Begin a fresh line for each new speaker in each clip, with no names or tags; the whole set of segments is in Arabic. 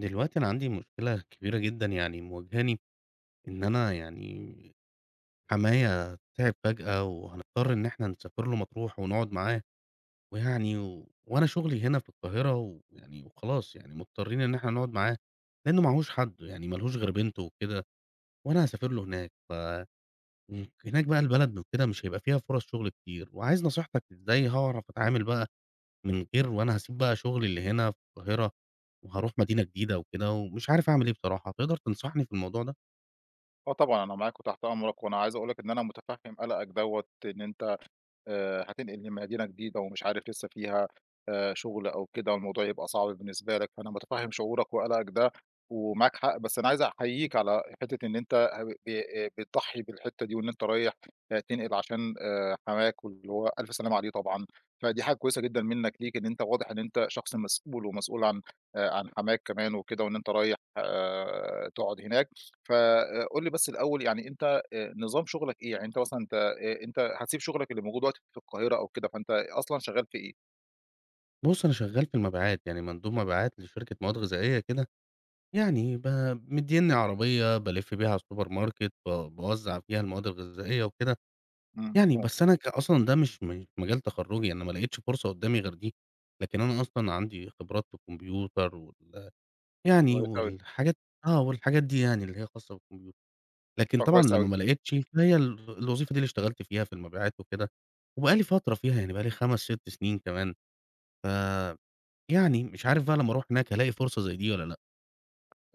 دلوقتي أنا عندي مشكلة كبيرة جدًا يعني مواجهاني، إن أنا يعني حمايا تعب فجأة وهنضطر إن إحنا نسافر له مطروح ونقعد معاه، ويعني و وأنا شغلي هنا في القاهرة ويعني وخلاص يعني مضطرين إن إحنا نقعد معاه، لإنه معاهوش حد يعني ما لهوش غير بنته وكده، وأنا هاسافر له هناك هناك بقى البلد وكده مش هيبقى فيها فرص شغل كتير، وعايز نصيحتك إزاي هاعرف أتعامل بقى من غير وأنا هاسيب بقى شغلي اللي هنا في القاهرة، وهاروح مدينة جديدة وكده، ومش عارف أعمل إيه بصراحة، تقدر تنصحني في الموضوع ده؟
آه طبعًا، أنا معاك وتحت أمرك، وأنا عايز أقول لك إن أنا مُتفهِّم قَلَقك دوّة، إن أنت هتنقل لمدينة جديدة ومش عارف لسه فيها شغل أو كده والموضوع يبقى صعب بالنسبة لك، فأنا متفهم شعورك وقلقك ده ومعاك حق، بس أنا عايز أحييك على حتة إن أنت ه ب بتضحي بالحتة دي وإن أنت رايح تنقل عشان حماك واللي هو ألف سلامة عليه طبعًا، فدي حاجة كويسة جدًا منّك ليك إن أنت واضح إن أنت شخص مسؤول ومسؤول عن حماك كمان وكده وإن أنت رايح تقعد هناك، فقُل لي بس الأول يعني أنت نظام شغلك إيه؟ يعني أنت مثلًا ت أنت هتسيب شغلك اللي موجود دلوقتي في القاهرة أو كده، فأنت أصلًا شغال في إيه؟
بُص أنا شغال في المبيعات، يعني مندوب مبيعات لشركة مواد غذائية كده، يعني مدّيني عربية بالِف بيها على السوبر ماركت، باوزّع فيها المواد الغذائية وكده،
إمم،
يعني
مفهوم.
بس أنا أصلًا ده مش مجال تخرُّجي، يعني أنا ما لقيتش فرصة قدّامي غير دي، لكن أنا أصلًا عندي خبرات في الكمبيوتر يعني
كويس أوي.
والحاجات والحاجات دي يعني اللي هي خاصة بالكمبيوتر. لكن
آه
طبعًا
كويس أوي.
لمّا ما لقيتش، فهي الوظيفة دي اللي اشتغلت فيها في المبيعات وكده، وبقى لي فترة فيها يعني بقى لي 5، 6 سنين كمان، ف يعني مش عارف بقى لمّا أروح هناك هالاقي فرصة زي دي والّا لأ.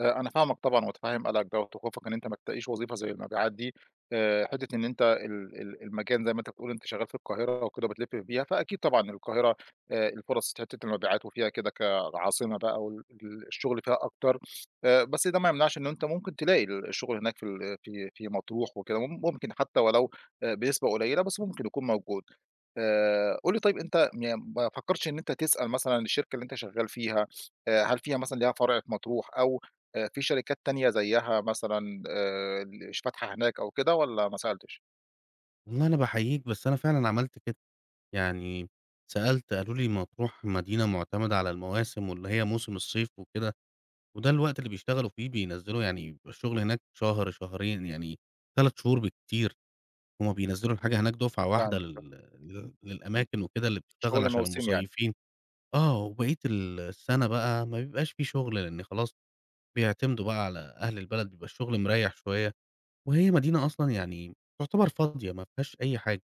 أنا فاهمك طبعًا ومتفهّم قلقك دوّة وخوفك إن أنت ما تلاقيش وظيفة زي المبيعات دي. حتّة إن أنت ال المكان زي ما أنت بتقول أنت شغّال في القاهرة وكده وبتلِف فيها، فأكيد طبعًا القاهرة الفُرَص في حتّة المبيعات وفيها كده كعاصمة بقى وال الشغل فيها أكتر. بس ده ما يمنعش إن أنت ممكن تلاقي الشغل هناك في ال في في مطروح وكده، ممكن حتى ولو بنسبة قليلة بس ممكن يكون موجود. قُل لي طيب أنت يعني ما فكّرتش إن أنت تسأل مثلًا الشركة اللي أنت شغّال فيها، هل فيها مثلًا ليها فرع في مطروح أو في شركات تانية زيّها مثلًا ال ش فاتحة هناك أو كده والّا ما سألتش؟
والله أنا باحييك بس أنا فعلًا عملت كده، يعني سألت قالوا لي مطروح مدينة معتمدة على المواسم واللي هي موسم الصيف وكده، وده الوقت اللي بيشتغلوا فيه بينزّلوا يعني بيبقى الشغل هناك شهر، شهرين يعني 3 شهور بالكتير، هُم بينزّلوا الحاجة هناك دُفعة واحدة
فاهمِك.
لل لل
إمم،
للأماكن وكده اللي بتشتغل
شغل
عشان
موسمي يعني.
المصيفين. آه، وبقية السَنة بقى ما بيبقاش في شُغل، لإن خلاص بيعتمدوا بقى على أهل البلد، بيبقى الشُغل مريّح شوية، وهي مدينة أصلًا يعني تُعتبر فاضية ما فيهاش أي حاجة.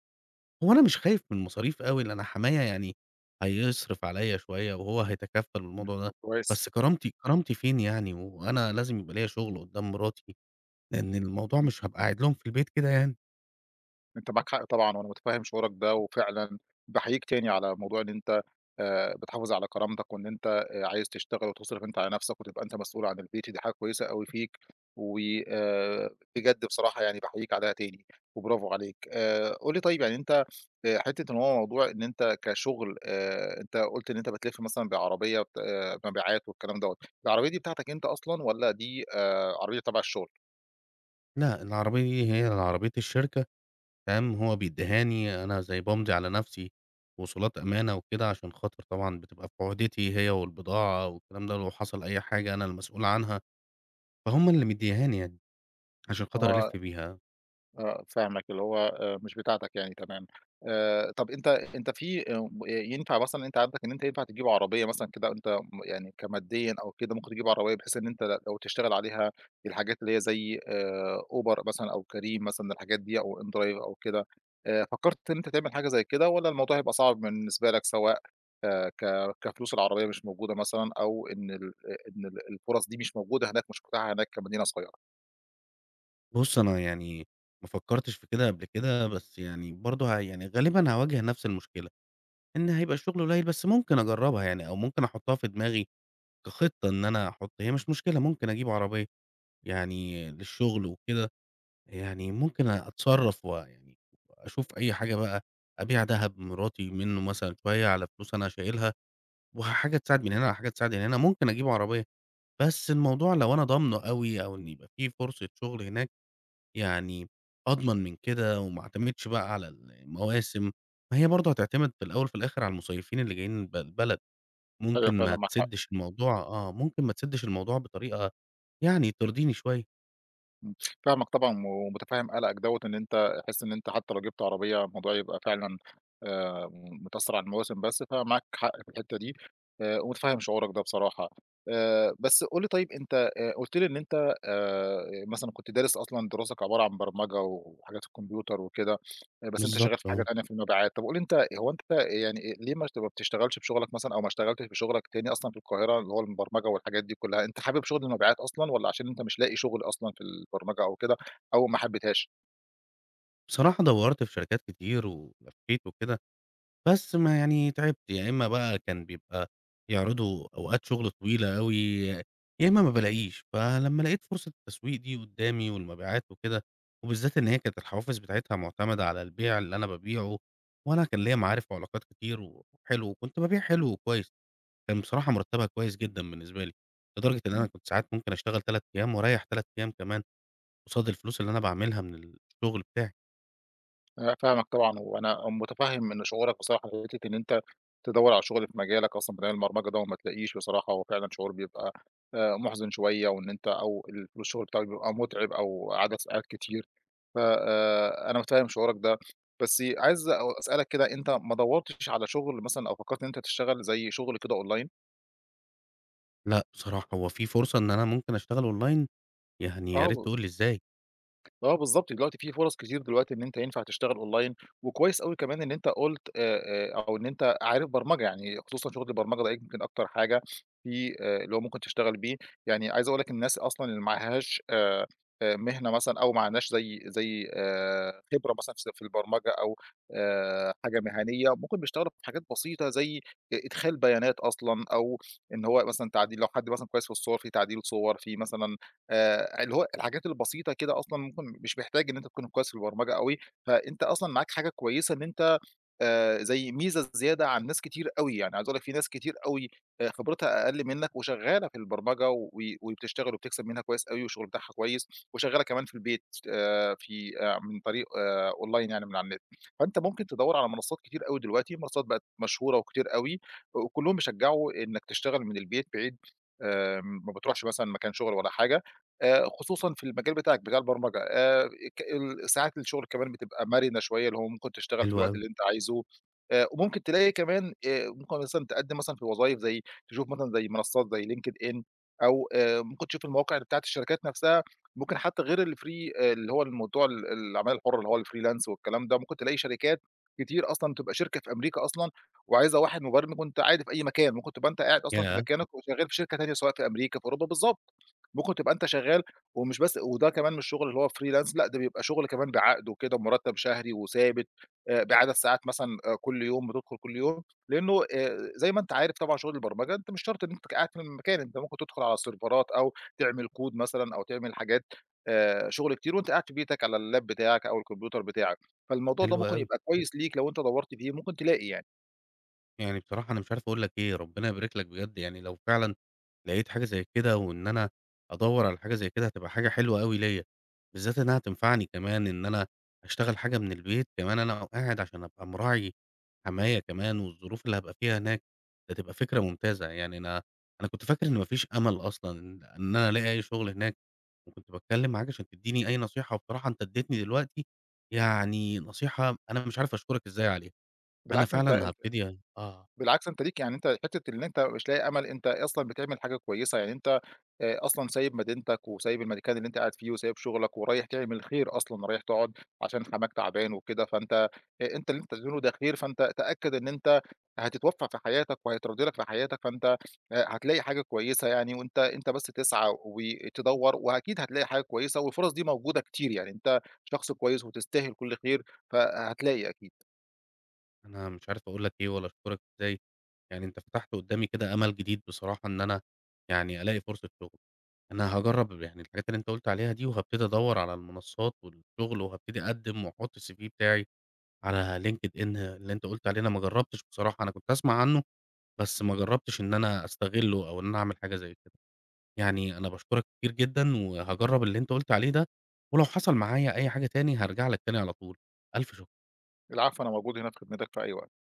هو أنا مش خايف من المصاريف أوي، لإن أنا حمايا يعني هيصرف عليّا شوية وهو هيتكفّل
إمم،
بالموضوع ده،
طب كويس.
بس كرامتي كرامتي فين يعني؟ وأنا لازم يبقى ليّا شُغل قُدّام مراتي، لإن الموضوع
إمم.
مش هابقى قاعد لهم في البيت كده يعني.
أنت معاك حق طبعًا، وأنا متفهم شعورك ده، وفعلًا باحييك تاني على موضوع إن أنت بتحافظ على كرامتك، وإن أنت عايز تشتغل وتصرف أنت على نفسك، وتبقى أنت مسؤول عن البيت، دي حاجة كويسة أوي فيك، و آآ، بجد بصراحة يعني باحييك عليها تاني، وبرافو عليك. قُل لي طيب يعني أنت حتة إن هو موضوع إن أنت كشغل أنت قُلت إن أنت بتلف مثلًا بعربية بت آه، مبيعات والكلام دوّة، العربية دي بتاعتك أنت أصلًا والّا دي عربية تبع الشغل؟
لأ، العربية دي هي عربية الشركة تمام، هو بيدّيهاني أنا زي بامضي على نفسي وصولات أمانة وكده، عشان خاطر طبعًا بتبقى في عُهدتي هي والبضاعة والكلام ده، لو حصل أي حاجة أنا المسؤول عنها، فهُم اللي مدّياهاني يعني، عشان خاطر
آه.
ألِف بيها.
آه، فاهمك، اللي هو مش بتاعتك يعني تمام. طَب أنت في ينفع مثلًا أنت عندك إن أنت ينفع تجيب عربية مثلًا كده أنت يعني كماديًا أو كده ممكن تجيب عربية بحيث إن أنت لو تشتغل عليها الحاجات اللي هي زي أوبر مثلًا أو كريم مثلًا الحاجات دي أو إندرايف أو كده، فكّرت إن أنت تعمل حاجة زي كده والّا الموضوع هيبقى صعب بالنسبة لك سواء آآ ك كفلوس العربية مش موجودة مثلًا أو إن ال آه، إن الفُرَص دي مش موجودة هناك، مش متاحة هناك كمدينة صغيرة؟
بُص أنا يعني ما فكّرتش في كده قبل كده، بس يعني برضه يعني غالبًا هاواجه نفس المشكلة، إن هيبقى الشغل قليل، بس ممكن أجرّبها يعني أو ممكن أحطّها في دماغي كخطة إن أنا أحُط هي مش مشكلة ممكن أجيب عربية يعني للشغل وكده. يعني ممكن أتصرّف ويعني أشوف أي حاجة بقى، أبيع دهب مراتي منّه مثلًا شوية على فلوس أنا شايلها، وحاجة تساعد من هنا على حاجة تساعد من هنا، ممكن أجيب عربية، بس الموضوع لو أنا ضامنه أوي أو إن يبقى في فرصة شغل هناك، يعني أضمن من كده وما أعتمدش بقى على المواسم، ما هي برضه هتعتمد في الأول وفي الآخر على المصيفين اللي جايين البلد،
أيوه
ممكن
فعلًا
ما
معاك حق.
تسدّش الموضوع ممكن ما تسدّش الموضوع بطريقة يعني ترضيني شوية.
إمم، فاهمك طبعًا ومتفهم قلقك دوّة، إن أنت حاسس إن أنت حتى لو جِبت عربية الموضوع يبقى فعلًا آآ، متأثّر على المواسم بس، فمعاك حق في الحتّة دي ومتفهم شعورك ده بصراحة. بس قُل لي طيب أنت قُلت لي إن أنت مثلًا كنت دارس أصلًا دراستك عبارة عن برمجة وحاجات الكمبيوتر وكده، بس أنت
بالضبط
شغال في حاجة
آه.
تانية في المبيعات، طب قُل لي أنت هو أنت ليه ما بتشتغلش في شغلك مثلًا أو ما اشتغلتش في شغلك تاني أصلًا في القاهرة اللي هو البرمجة والحاجات دي كلّها، أنت حابب شغل المبيعات أصلًا والّا عشان أنت مش لاقي شغل أصلًا في البرمجة أو كده أو ما حبيتهاش؟
بصراحة دَوّرت في شركات كتير ولفّيت وكده، بس ما يعني تعبت، يا إمّا بقى كان بيبقى يعرضوا أوقات شغل طويلة أوي، يا إمّا ما بالاقيش، فلمّا لقيت فرصة التسويق دي قدّامي والمبيعات وكده، وبالذات إن هي كانت الحوافز بتاعتها معتمدة على البيع اللي أنا بابيعه، وأنا كان ليّا معارف وعلاقات كتير وحلو، وكنت بابيع حلو وكويس، كان بصراحة مرتبها كويس جدًا بالنسبة لي، لدرجة إن أنا كنت ساعات ممكن أشتغل 3 أيام وأريّح 3 أيام كمان قصاد الفلوس اللي أنا باعملها من الشغل بتاعي.
أنا فاهمك طبعًا، وأنا متفهم إن شعورك بصراحة في حتة إن أنت تدوّر على شغل في مجالك أصلًا مجال البرمجة ده وما تلاقيش بصراحة، هو فعلًا شعور بيبقى محزن شوية، وإن أنت أو الشغل بتاعك بيبقى متعب أو عدد ساعات كتير، ف أنا متفهم شعورك ده، بس عايز أسألك كده أنت ما دوّرتش على شغل مثلًا أو فكرت إن أنت تشتغل زي شغل كده أونلاين؟
لأ، بصراحة هو في فرصة إن أنا ممكن أشتغل أونلاين؟ يعني يا ريت
آه.
تقول لي إزاي،
آه بالضبط، دلوقتي في فرص كتير دلوقتي إن أنت ينفع تشتغل أونلاين، وكويس أوي كمان إن أنت قُلت أو إن أنت عارف برمجة، يعني خصوصًا شغل البرمجة ده يمكن أكتر حاجة في اللي هو ممكن تشتغل بيه، يعني عايز أقول لك الناس أصلًا اللي ما معهاش مهنة مثلًا أو ما عندهاش زي خبرة مثلًا في البرمجة أو حاجة مهنية، ممكن بيشتغلوا في حاجات بسيطة زي إدخال بيانات أصلًا أو إن هو مثلًا تعديل لو حد مثلًا كويس في الصور، في تعديل صور، في مثلًا اللي هو الحاجات البسيطة كده أصلًا ممكن مش محتاج إن أنت تكون كويس في البرمجة أوي، فأنت أصلًا معاك حاجة كويسة إن أنت زي ميزة زيادة عن ناس كتير أوي، يعني عايز أقول لك في ناس كتير أوي خبرتها أقل منّك وشغّالة في البرمجة وبتشتغل وبتكسب منها كويس أوي والشغل بتاعها كويس، وشغّالة كمان في البيت في من طريق أونلاين يعني من على النت. فأنت ممكن تدوّر على منصات كتير أوي دلوقتي، منصات بقت مشهورة وكتير أوي وكلّهم بيشجّعوا إنّك تشتغل من البيت بعيد ما بتروحش مثلًا مكان شغل ولا حاجة. خصوصًا في المجال بتاعك، بتاع البرمجة ك ال ساعات الشغل كمان بتبقى مرنة شوية، اللي هو ممكن تشتغل في
حلو
الوقت
أوي،
اللي أنت عايزه. وممكن تلاقي كمان ممكن مثلًا تقدّم مثلًا في وظايف زي تشوف مثلًا زي منصات زي LinkedIn أو ممكن تشوف المواقع بتاعة الشركات نفسها، ممكن حتى غير الfree اللي هو الموضوع العمالة الحُرة اللي هو الfreelance والكلام ده، ممكن تلاقي شركات كتير أصلًا تبقى شركة في أمريكا أصلًا وعايزة واحد مبرمج وأنت عادي في أي مكان، ممكن تبقى أنت قاعد أصلًا في
ياه!
مكانك وشغّال في شركة تانية سواء في أمريكا، في أوروبا، بالضبط. ممكن تبقى أنت شغّال ومش بس وده كمان مش شغل اللي هو freelance لأ، ده بيبقى شغل كمان بعقد وكده ومرتّب شهري وثابت، بعدد ساعات مثلًا كل يوم بتدخل كل يوم، لإنه زي ما أنت عارف طبعًا شغل البرمجة أنت مش شرط إن أنت قاعد في المكان، أنت ممكن تدخل على السيرفرات أو تعمل كود مثلًا أو تعمل حاجات شغل كتير وأنت قاعد في بيتك على اللاب بتاعك أو الكمبيوتر بتاعك، فالموضوع ده
حلو
ممكن
أوي.
يبقى كويس ليك لو أنت دوّرت فيه ممكن تلاقي يعني.
يعني بصراحة أنا مش عارف أقول لك إيه، ربنا يبارك لك بجد، يعني لو فعلًا لقيت حاجة زي كده وإن أنا أدوّر على حاجة زي كده هتبقى حاجة حلوة أوي ليّا، بالذات إنها هتنفعني كمان إن أنا أشتغل حاجة من البيت، كمان أنا قاعد عشان أبقى مراعي حماية كمان والظروف اللي هابقى فيها هناك، ده تبقى فكرة ممتازة، يعني أنا كنت فاكر إن ما فيش أمل أصلًا إن أنا ألاقي أي شغل هناك، وكنت باتكلم معاك عشان تدّيني أي نصيحة وبصراحة أنت ادّيتني دلوقتي يعني نصيحة أنا مش عارف أشكرك إزاي عليها، أنا
بالعكس أنت
فعلًا هابتدي آه.
بالعكس أنت ليك يعني أنت حتّة إن أنت مش لاقي أمل، أنت أصلًا بتعمل حاجة كويسة، يعني أنت أصلًا سايب مدينتك وسايب المكان اللي أنت قاعد فيه وسايب شغلك ورايح تعمل خير أصلًا، رايح تقعد عشان حماك تعبان وكده، فأنت أ أنت اللي أنت بتعمله ده خير، فأنت تأكد إن أنت هتتوفّق في حياتك وهيترَد لك في حياتك، فأنت هتلاقي حاجة كويسة يعني وأنت بس تسعى وتدوّر وأكيد هتلاقي حاجة كويسة والفرص دي موجودة كتير، يعني أنت شخص كويس وتستاهل كل خير، فهتلاقي أكيد.
أنا مش عارف أقول لك إيه ولا أشكرك إزاي، يعني أنت فتحت قدّامي كده أمل جديد بصراحة إن أنا يعني ألاقي فرصة شغل، أنا هاجرّب يعني الحاجات اللي أنت قُلت عليها دي وهابتدي أدوّر على المنصات والشغل وهابتدي أقدّم وأحُط الCV بتاعي على LinkedIn اللي أنت قُلت عليه، أنا ما جرّبتش بصراحة، أنا كنت أسمع عنّه بس ما جرّبتش إن أنا أستغلّه أو إن أنا أعمل حاجة زي كده، يعني أنا باشكرك كتير جدًا وهاجرّب اللي أنت قُلت عليه ده، ولو حصل معايا أي حاجة تاني هارجع لك تاني على طول، ألف شُكر.
العفو، أنا موجود هنا في خدمتك في أي وقت.